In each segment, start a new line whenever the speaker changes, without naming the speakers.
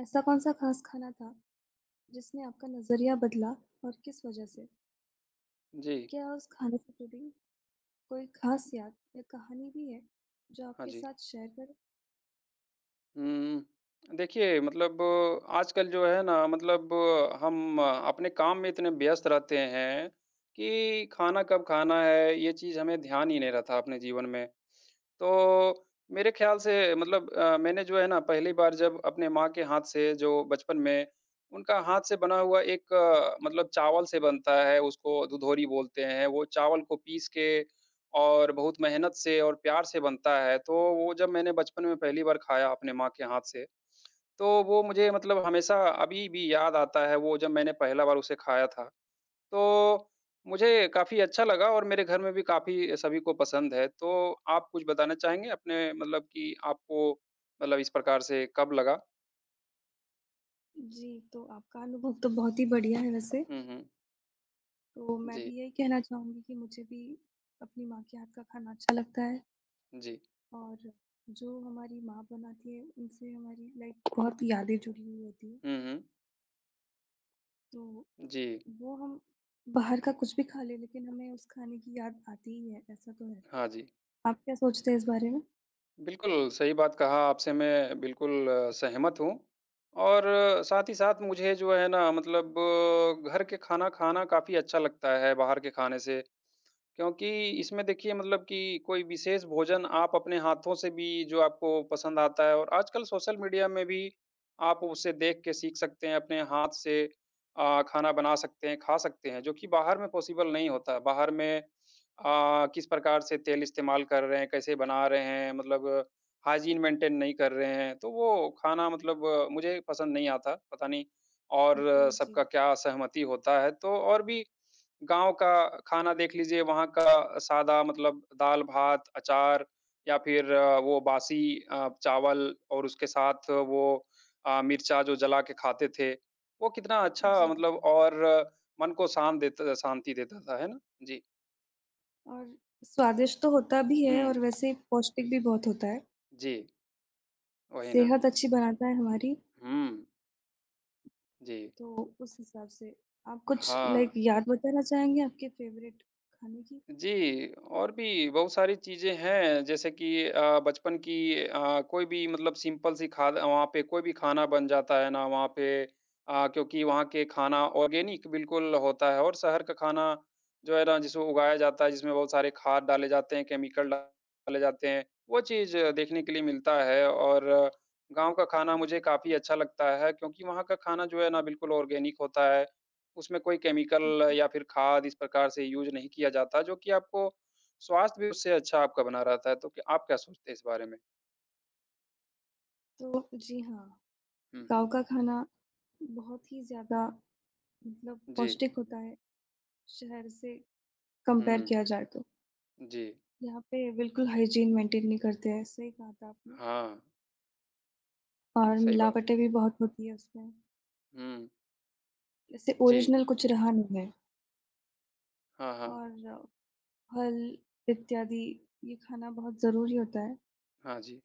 ऐसा कौन-सा खास खाना था, जिसने आपका नज़रिया बदला और किस वजह से?
जी,
क्या उस खाने से जुड़ी कोई खास याद या कहानी भी है, जो
हाँ
आपके
जी।
साथ शेयर करें?
हुँ, देखिए मतलब आजकल जो है ना मतलब हम अपने काम में इतने व्यस्त रहते हैं कि खाना कब खाना है, ये चीज़ हमें ध्यान ही नहीं रहता अपने जीवन में। तो मेरे ख़्याल से मतलब मैंने जो है ना पहली बार जब अपने माँ के हाथ से जो बचपन में उनका हाथ से बना हुआ एक मतलब चावल से बनता है, उसको दुधोरी बोलते हैं। वो चावल को पीस के और बहुत मेहनत से और प्यार से बनता है, तो वो जब मैंने बचपन में पहली बार खाया अपने माँ के हाथ से, तो वो मुझे मतलब हमेशा अभी भी याद आता है वो जब मैंने पहला बार उसे खाया था। तो मुझे काफ़ी अच्छा लगा और मेरे घर में भी काफ़ी सभी को पसंद है। तो आप कुछ बताना चाहेंगे अपने मतलब कि आपको मतलब इस प्रकार से कब लगा?
जी, तो आपका अनुभव तो बहुत ही बढ़िया है वैसे,
हुँ, हुँ।
तो मैं भी
जी,
यही कहना चाहूँगी कि मुझे भी अपनी माँ के हाथ का खाना अच्छा लगता है
जी।
और जो हमारी माँ बनाती है, उनसे हमारी लाइक बहुत यादें जुड़ी हुई होती हैं,
हुँ, हुँ।
तो
जी।
वो हम बाहर का कुछ भी खा लें, लेकिन हमें उस खाने की याद आती ही है, ऐसा तो है।
हाँ जी।
आप क्या सोचते हैं इस बारे में?
बिल्कुल, सही बात कहा आपसे मैं बिल्कुल सहमत हूँ और साथ ही साथ मुझे जो है ना मतलब घर के खाना खाना काफ़ी अच्छा लगता है बाहर के खाने से। क्योंकि इसमें देखिए मतलब कि कोई विशेष भोजन आप अपने हाथों से भी जो आपको पसंद आता है और आजकल सोशल मीडिया में भी आप उसे देख के सीख सकते हैं, अपने हाथ से खाना बना सकते हैं, खा सकते हैं, जो कि बाहर में पॉसिबल नहीं होता। है। बाहर में किस प्रकार से तेल इस्तेमाल कर रहे हैं, कैसे बना रहे हैं, मतलब हाइजीन मेंटेन नहीं कर रहे हैं, तो वो खाना मतलब मुझे पसंद नहीं आता, पता नहीं और
जी, जी।
सबका क्या सहमति होता है। तो और भी गाँव का खाना देख लीजिए, वहाँ का सादा मतलब दाल-भात, अचार या फिर वो बासी चावल और उसके साथ वो मिर्चा जो जला के खाते थे, वो कितना अच्छा
जी,
मतलब और मन को शांत देता शांति देता था, है ना? जी।
और स्वादिष्ट तो होता भी
हुँ,
है और वैसे ही पौष्टिक भी बहुत होता है।
जी, वही ना।
सेहत अच्छी बनाता है हमारी,
हुँ, जी।
तो उस हिसाब से आप कुछ
हाँ।
लाइक याद बताना चाहेंगे आपके फ़ेवरेट खाने की?
जी, और भी बहुत सारी चीज़ें हैं जैसे कि बचपन की कोई भी मतलब सिंपल सी खाद वहाँ पे कोई भी खाना बन जाता है ना वहाँ पे क्योंकि वहाँ के खाना ऑर्गेनिक बिल्कुल होता है और शहर का खाना जो है ना जिसको उगाया जाता है जिसमें बहुत सारे खाद डाले जाते हैं, केमिकल डाले जाते हैं, वो चीज़ देखने के लिए मिलता है और गाँव का खाना मुझे काफ़ी अच्छा लगता है क्योंकि वहाँ का खाना जो है ना बिल्कुल ऑर्गेनिक होता है। उसमें कोई केमिकल
जी।
या फिर खाद इस प्रकार से यूज़ नहीं किया जाता, जो कि आपको स्वास्थ्य भी उससे अच्छा आपका बना रहता है, तो क्या आप क्या सोचते हैं इस बारे में?
तो जी हाँ,
हुँ, हुँ।
गाँव का खाना बहुत ही ज़्यादा मतलब
जी।
पौष्टिक होता है, शहर से कंपेयर
हुँ,
किया जाए तो।
जी।
यहाँ पे बिल्कुल हाइजीन मेंटेन नहीं करते हैं, सही कहा था आपने
हाँ,
और
सही बात है।
मिलावटें भी बहुत होती है उसमें।
हुँ,
इससे
जी।
ओरिजिनल कुछ रहा नहीं है
हाँ, हाँ।
और फल इत्यादि ये खाना बहुत ज़रूरी होता है।
हाँ जी।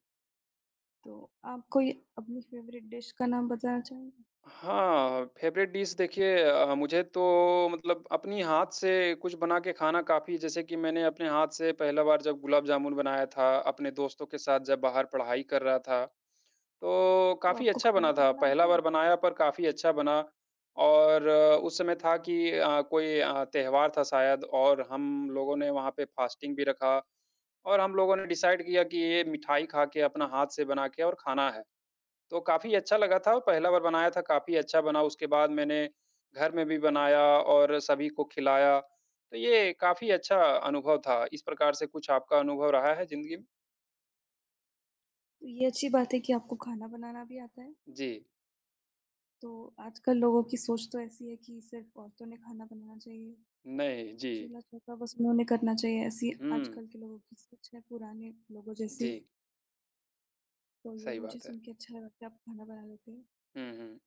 तो आप कोई अपनी फ़ेवरेट डिश का नाम बताना चाहेंगे?
हाँ, फेवरेट डिश देखिए मुझे तो मतलब अपनी हाथ से कुछ बना के खाना काफ़ी जैसे कि मैंने अपने हाथ से पहला बार जब गुलाब जामुन बनाया था, अपने दोस्तों के साथ जब बाहर पढ़ाई कर रहा था, तो
तो
काफ़ी
आपको
अच्छा
खाना
बना था।
बनाना आता
पहला
है?
बार बनाया पर काफ़ी अच्छा बना और उस समय था कि कोई त्योहार था शायद और हम लोगों ने वहाँ पे फास्टिंग भी रखा और हम लोगों ने डिसाइड किया कि ये मिठाई खा के अपना हाथ से बना के और खाना है। तो काफ़ी अच्छा लगा था और पहला बार बनाया था, काफ़ी अच्छा बना। उसके बाद मैंने घर में भी बनाया और सभी को खिलाया। तो ये काफ़ी अच्छा अनुभव था। इस प्रकार से कुछ आपका अनुभव रहा है ज़िंदगी में?
तो ये अच्छी बात है कि आपको खाना बनाना भी आता है।
जी।
तो आजकल लोगों की सोच तो ऐसी है कि सिर्फ़ औरतों ने खाना बनाना चाहिए,
नहीं, जी।
चूल्हा-चौका बस उन्हों ने करना चाहिए, ऐसी
हुँ।
आजकल के लोगों की सोच है, पुराने लोगों
जी,
जैसी। तो ये
सही
मुझे
बात है।
सुन के अच्छा लगा कि आप खाना बना लेते हैं।
हुँ, हुँ।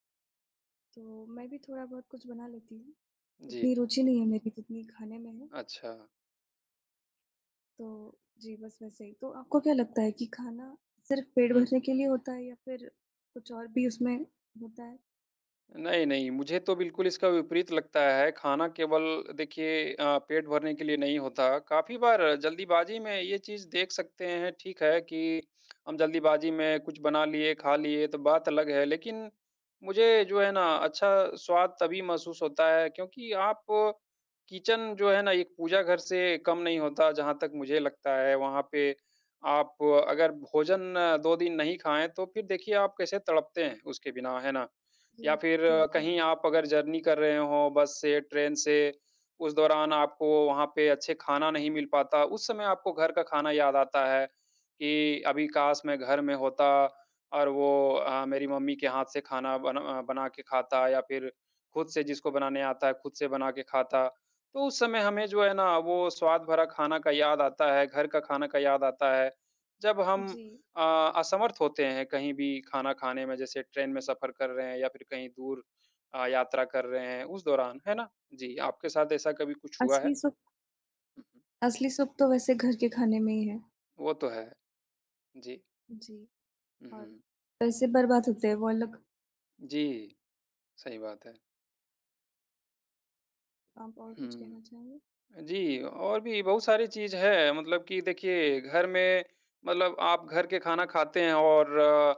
तो मैं भी थोड़ा बहुत कुछ बना लेती हूँ।
जी,
उतनी रुचि नहीं है मेरी जितनी खाने में है,
अच्छा।
तो जी, बस वैसे ही। तो आपको क्या लगता है कि खाना सिर्फ़ पेट
हुँ।
भरने के लिए होता है या फिर कुछ और भी उसमें होता है?
नहीं, नहीं, मुझे तो बिल्कुल इसका विपरीत लगता है। खाना केवल देखिए पेट भरने के लिए नहीं होता। काफ़ी बार जल्दीबाज़ी में ये चीज़ देख सकते हैं, ठीक है कि हम जल्दीबाज़ी में कुछ बना लिए, खा लिए तो बात अलग है। लेकिन मुझे जो है ना अच्छा स्वाद तभी महसूस होता है क्योंकि आप किचन जो है ना एक पूजा घर से कम नहीं होता जहाँ तक मुझे लगता है। वहाँ पे आप अगर भोजन 2 दिन नहीं खाएँ तो फिर देखिए आप कैसे तड़पते हैं उसके बिना, है ना?
जी,
या फिर
बिल्कुल।
कहीं आप अगर जर्नी कर रहे हो बस से, ट्रेन से, उस दौरान आपको वहाँ पे अच्छे खाना नहीं मिल पाता, उस समय आपको घर का खाना याद आता है कि अभी काश मैं घर में होता और वो मेरी मम्मी के हाथ से खाना बना बना के खाता या फिर खुद से जिसको बनाने आता है, खुद से बना के खाता। तो उस समय हमें जो है ना, वो स्वाद भरा खाना का याद आता है, घर का खाना का याद आता है। जब हम
जी,
अ, असमर्थ होते हैं कहीं भी खाना खाने में जैसे ट्रेन में सफ़र कर रहे हैं या फिर कहीं दूर यात्रा कर रहे हैं उस दौरान, है ना? जी, आपके साथ ऐसा कभी कुछ हुआ है?
असली सुख
हुँ, हुँ।
असली सुख तो वैसे घर के खाने में ही है।
वो तो है। जी।
जी,
हुँ,
और
हुँ।
पैसे बर्बाद होते हैं वो अलग।
जी, सही बात है।
आप और कुछ कहना
हुँ।
चाहेंगे?
जी, और भी बहुत सारी चीज़ है मतलब कि देखिए घर में मतलब आप घर के खाना खाते हैं और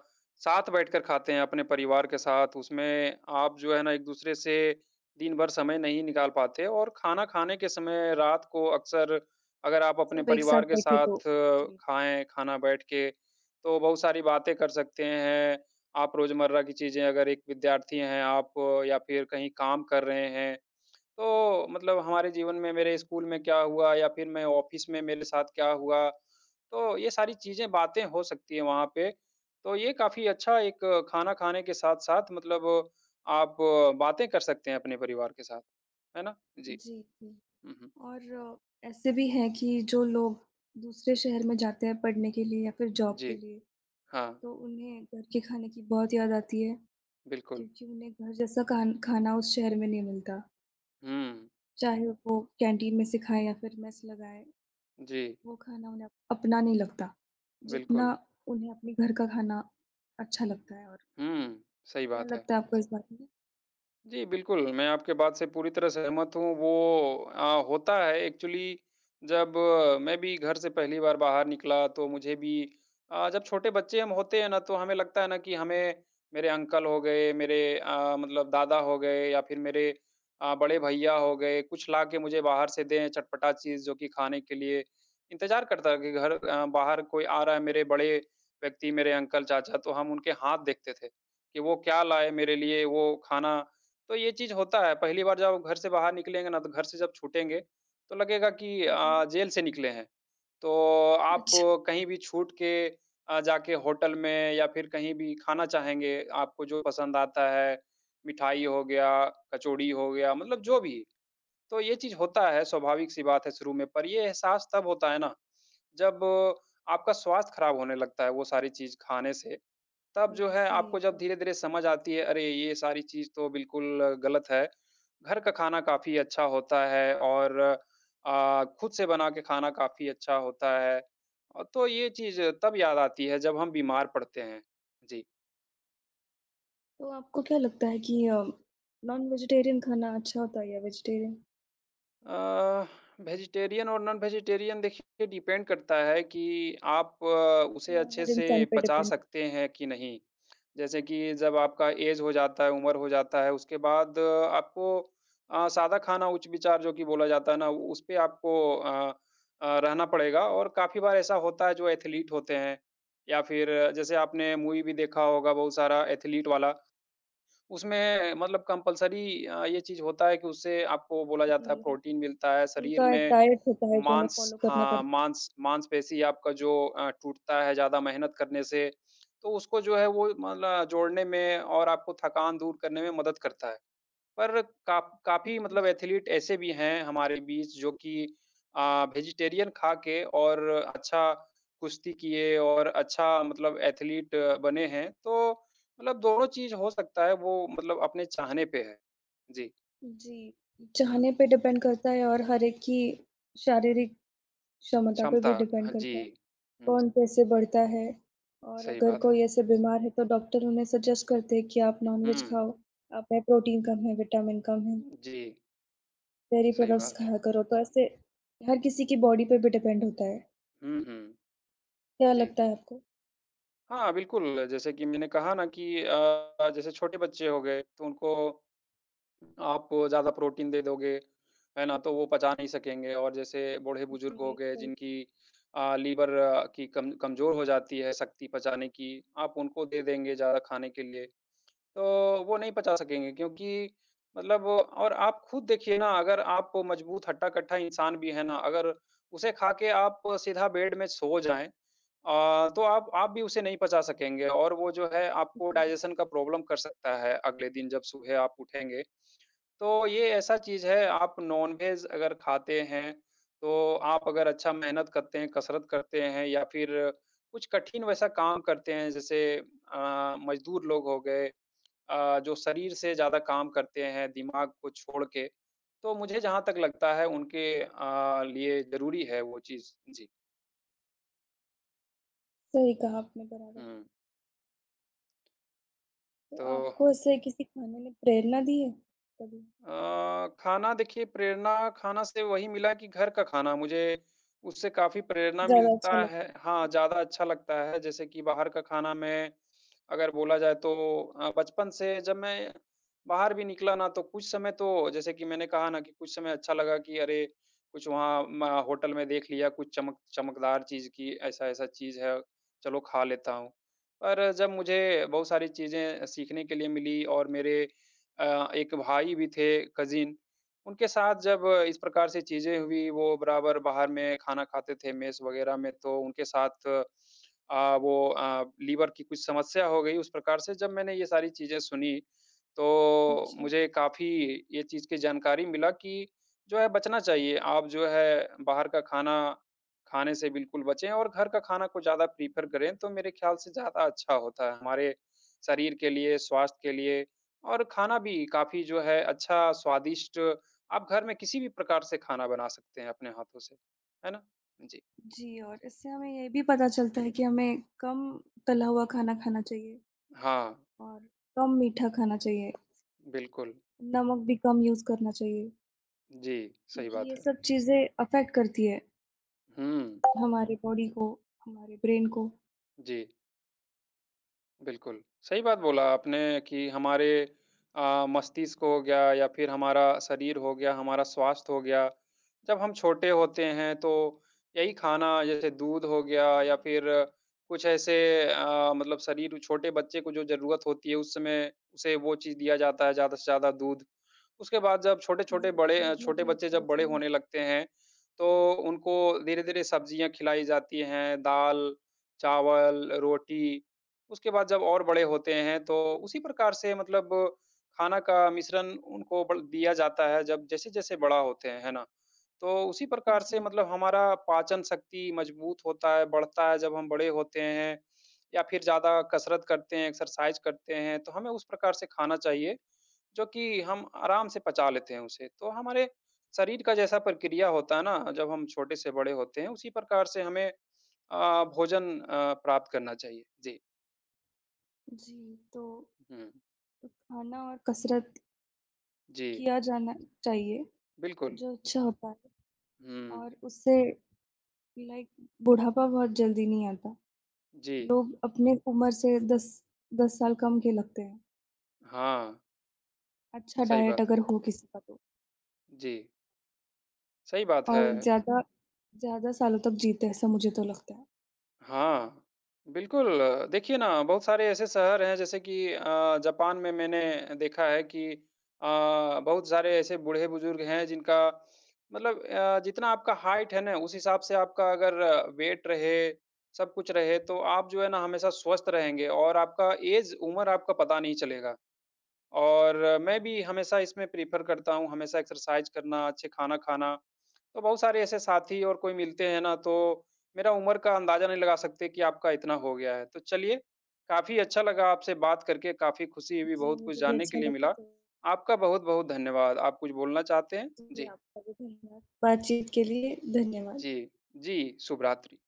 साथ बैठकर खाते हैं अपने परिवार के साथ, उसमें आप जो है ना एक-दूसरे से दिन भर समय नहीं निकाल पाते और खाना खाने के समय रात को अक्सर अगर आप अपने
सब एक साथ
परिवार के
बैठे तो
साथ
जी।
खाएँ खाना बैठ के, तो बहुत सारी बातें कर सकते हैं। आप रोज़मर्रा की चीज़ें अगर एक विद्यार्थी हैं आप या फिर कहीं काम कर रहे हैं तो मतलब हमारे जीवन में मेरे स्कूल में क्या हुआ या फिर मैं ऑफिस में मेरे साथ क्या हुआ, तो ये सारी चीज़ें बातें हो सकती हैं वहाँ पे। तो ये काफ़ी अच्छा एक खाना खाने के साथ-साथ मतलब आप बातें कर सकते हैं अपने परिवार के साथ, है ना? जी।
जी, जी।
हुँ, हुँ।
और ऐसे भी हैं कि जो लोग दूसरे शहर में जाते हैं पढ़ने के लिए या फिर जॉब
जी।
के लिए,
हाँ,
तो उन्हें घर के खाने की बहुत याद आती है,
बिल्कुल।
क्योंकि उन्हें घर जैसा कान खाना उस शहर में नहीं मिलता।
हुँ।
चाहे वो कैंटीन में से खाएँ या फिर मेस लगाएँ,
जी,
वो खाना उन्हें अपना नहीं लगता, जितना
बिल्कुल।
उन्हें अपने घर का खाना अच्छा लगता है और
हुँ, सही
क्या
बात है।
लगता है आपको इस बारे में?
जी, बिल्कुल, मैं आपके बात से पूरी तरह सहमत हूँ। वो होता है एक्चुअली जब मैं भी घर से पहली बार बाहर निकला तो मुझे भी जब छोटे बच्चे हम होते हैं ना तो हमें लगता है ना कि हमें मेरे अंकल हो गए, मेरे मतलब दादा हो गए या फिर मेरे बड़े भैया हो गए, कुछ ला के मुझे बाहर से दें चटपटा चीज़ जो कि खाने के लिए इंतज़ार करता है कि घर बाहर कोई आ रहा है, मेरे बड़े व्यक्ति, मेरे अंकल, चाचा तो हम उनके हाथ देखते थे कि वो क्या लाए मेरे लिए, वो खाना तो ये चीज़ होता है, पहली बार जब घर से बाहर निकलेंगे ना, तो घर से जब छूटेंगे, तो लगेगा कि
जी।
जेल से निकले हैं। तो आप
अच्छा,
कहीं भी छूट के जाके होटल में या फिर कहीं भी खाना चाहेंगे, आपको जो पसंद आता है, मिठाई हो गया, कचौड़ी हो गया, मतलब जो भी। तो ये चीज़ होता है, स्वाभाविक-सी बात है शुरू में, पर ये एहसास तब होता है ना, जब आपका स्वास्थ्य खराब होने लगता है वो सारी चीज़ खाने से। तब जो
जी,
है
सही
आपको
है
जब
फिर।
धीरे-धीरे समझ आती है, अरे! ये सारी चीज़ तो बिल्कुल गलत है। घर का खाना काफ़ी अच्छा होता है और खुद से बना के खाना काफ़ी अच्छा होता है। तो ये चीज़ तब याद आती है जब हम बीमार पड़ते हैं। जी।
तो आपको क्या लगता है कि नॉन वेजिटेरियन खाना अच्छा होता है या वेजिटेरियन?
अ, वेजिटेरियन और नॉन वेजिटेरियन देखिए डिपेंड करता है कि आप
अ,
उसे अच्छे
हर
से
इंसान पे
पचा
डिपेंड करता है।
सकते हैं कि नहीं। जैसे कि जब आपका ऐज हो जाता है, उम्र हो जाता है, उसके बाद आपको सादा खाना उच्च विचार जो कि बोला जाता है ना, उस पे आपको रहना पड़ेगा और काफ़ी बार ऐसा होता है जो एथलीट होते हैं या फिर जैसे आपने मूवी भी देखा होगा बहुत सारा एथलीट वाला उसमें मतलब कंपल्सरी ये चीज़ होता है कि उससे आपको बोला जाता है
जी, हाँ।
प्रोटीन मिलता है, शरीर
उनका एक
में
डाइट होता है जो उन्हें
मांस
फ़ॉलो करना
हाँ,
पड़ता
मांस मांसपेशी आपका जो टूटता है ज़्यादा मेहनत करने से, तो उसको जो है वो मतलब जोड़ने में और आपको थकान दूर करने में मदद करता है। पर
है।
काफ़ी मतलब
जी।
एथलीट ऐसे भी हैं हमारे बीच जो कि वेजिटेरियन खा के और अच्छा कुश्ती किए और अच्छा मतलब एथलीट बने हैं। तो मतलब दोनों चीज़ हो सकता है, वो मतलब अपने चाहने पे है। जी,
जी,
हुँ,
चाहने पे डिपेंड करता है और हर एक की शारीरिक क्षमता पे
क्षमता
भी डिपेंड
हाँ जी,
करता है।
हुँ,
कौन कैसे बढ़ता है और
सही
अगर
बात है।
कोई ऐसे बीमार है तो डॉक्टर उन्हें सजेस्ट करते हैं कि आप
हुँ,
नॉन-वेज खाओ, आप में प्रोटीन कम है, विटामिन कम है,
जी,
डेयरी
सही
प्रोडक्ट्स
बात
खाया करो, तो ऐसे हर किसी की बॉडी पे भी डिपेंड होता है।
है। हुँ, हुँ,
क्या
जी।
लगता है आपको?
हाँ, बिल्कुल, जैसे कि मैंने कहा ना कि जैसे छोटे बच्चे हो गए, तो उनको आप ज़्यादा प्रोटीन दे दोगे, है ना? तो वो पचा नहीं सकेंगे और जैसे बूढ़े-बुजुर्ग
जी,
हो गए
सही
जिनकी लीवर की कम कमज़ोर हो जाती है शक्ति पचाने की। आप उनको दे देंगे ज़्यादा खाने के लिए, तो वो नहीं पचा सकेंगे क्योंकि मतलब और आप खुद देखिए ना, अगर आप मज़बूत हट्टा-कट्टा इंसान भी है ना, अगर उसे खा के आप सीधा बेड में सो जाएँ, तो आप भी उसे नहीं पचा सकेंगे और वो जो है आपको
जी,
डाइजेशन का प्रॉब्लम कर सकता है अगले दिन जब सुबह आप उठेंगे। तो ये ऐसा चीज़ है, आप नॉन-वेज अगर खाते हैं, तो आप अगर अच्छा मेहनत करते हैं, कसरत करते हैं या फिर कुछ कठिन वैसा काम करते हैं, जैसे मज़दूर लोग हो गए, जो शरीर से ज़्यादा काम करते हैं, दिमाग को छोड़ के, तो मुझे जहाँ तक लगता है उनके लिए ज़रूरी है वो चीज़। जी।
सही कहा आपने बराबर।
हुँ,
तो
तो
आपको ऐसे किसी खाने ने प्रेरणा दी है कभी?
खाना देखिए, प्रेरणा खाना से वही मिला कि घर का खाना मुझे उससे काफ़ी प्रेरणा
ज़्यादा
मिलता
अच्छा लग
है। हाँ, ज़्यादा अच्छा लगता है, जैसे कि बाहर का खाना मैं अगर बोला जाए तो बचपन से जब मैं बाहर भी निकला ना, तो कुछ समय तो, जैसे कि मैंने कहा ना कि कुछ समय अच्छा लगा कि अरे! कुछ वहाँ म होटल में देख लिया, कुछ चमकदार चीज़ की ऐसा-ऐसा चीज़ है, चलो खा लेता हूँ। पर जब मुझे बहुत सारी चीज़ें सीखने के लिए मिली और मेरे एक भाई भी थे, कज़िन, उनके साथ जब इस प्रकार से चीज़ें हुई, वो बराबर बाहर में खाना खाते थे, मेस वग़ैरह में, तो उनके साथ लीवर की कुछ समस्या हो गई। उस प्रकार से जब मैंने ये सारी चीज़ें सुनी, तो
अच्छा।
मुझे काफ़ी ये चीज़ की जानकारी मिला कि जो है बचना चाहिए। आप जो है बाहर का खाना खाने से बिल्कुल बचें और घर का खाना को ज़्यादा प्रेफ़र करें, तो मेरे ख़्याल से ज़्यादा अच्छा होता है हमारे शरीर के लिए, स्वास्थ्य के लिए और खाना भी काफ़ी जो है अच्छा, स्वादिष्ट। आप घर में किसी भी प्रकार से खाना बना सकते हैं अपने हाथों से, है ना? जी।
जी और इससे हमें ये भी पता चलता है कि हमें कम तला हुआ खाना खाना चाहिए
हाँ,
और कम मीठा खाना चाहिए,
बिल्कुल।
नमक भी कम यूज़ करना चाहिए,
जी, सही
क्योंकि
बात
ये
है।
सब चीज़ें अफ़ेक्ट करती है
हुँ,
हमारे बॉडी को, हमारे ब्रेन को।
जी। बिल्कुल, सही बात बोला आपने कि हमारे मस्तिष्क हो गया या फिर हमारा शरीर हो गया, हमारा स्वास्थ्य हो गया, जब हम छोटे होते हैं तो यही खाना, जैसे दूध हो गया या फिर कुछ ऐसे मतलब शरीर, छोटे बच्चे को जो ज़रूरत होती है उस समय उसे वो चीज़ दिया जाता है, ज़्यादा से ज़्यादा दूध। उसके बाद जब
जी, दूध में
छोटे
बहुत
बच्चे जब बड़े
कैल्शियम हो
होने लगते हैं, तो उनको धीरे-धीरे सब्जियाँ खिलाई जाती हैं, दाल, चावल, रोटी। उसके बाद जब और बड़े होते हैं तो उसी प्रकार से मतलब खाना का मिश्रण उनको बल दिया जाता है, जब जैसे-जैसे बड़ा होते हैं, है ना? तो उसी प्रकार से
जी,
मतलब हमारा पाचन शक्ति मजबूत होता है, बढ़ता है जब हम बड़े होते हैं या फिर ज़्यादा कसरत करते हैं, एक्सरसाइज़ करते हैं, तो हमें उस प्रकार से खाना चाहिए, जो कि हम आराम से पचा लेते हैं उसे। तो हमारे शरीर का जैसा प्रक्रिया होता है ना, जब हम छोटे से बड़े होते हैं, उसी प्रकार से हमें भोजन प्राप्त करना चाहिए। जी।
जी, तो
हुँ।
खाना और कसरत
जी,
किया जाना चाहिए,
बिल्कुल।
जो अच्छा होता है
हुँ,
और उससे लाइक बुढ़ापा बहुत जल्दी नहीं आता।
जी।
लोग अपने उम्र से 10 साल कम के लगते हैं।
हाँ,
अच्छा
सही
डाइट
बात
अगर
है।
हो किसी का तो
जी, सही बात है।
और ज़्यादा ज़्यादा सालों तक जीते ऐसा मुझे तो लगता है।
हाँ, बिल्कुल, देखिए ना, बहुत सारे ऐसे शहर हैं, जैसे कि जापान में मैंने देखा है कि अ, बहुत सारे ऐसे बूढ़े-बुजुर्ग हैं जिनका मतलब जितना आपका हाइट है ना, उस हिसाब से आपका अगर वेट रहे, सब कुछ रहे, तो आप जो है ना हमेशा स्वस्थ रहेंगे और आपका ऐज उम्र आपका पता नहीं चलेगा। और मैं भी हमेशा इसमें प्रेफ़र करता हूँ, हमेशा एक्सरसाइज़ करना, अच्छे खाना खाना। तो बहुत सारे ऐसे साथी और कोई मिलते हैं ना, तो मेरा उम्र का अंदाज़ा नहीं लगा सकते कि आपका इतना हो गया है। तो चलिए, काफ़ी अच्छा लगा आपसे बात करके, काफ़ी खुशी हुई,
जी,
बहुत कुछ
मुझे भी
जानने के
अच्छा
लिए
लगा
मिला।
तो
आपका बहुत-बहुत धन्यवाद। आप कुछ बोलना चाहते हैं?
जी,
जी,
आपका भी धन्यवाद। बातचीत के लिए धन्यवाद।
जी। जी, शुभ रात्रि।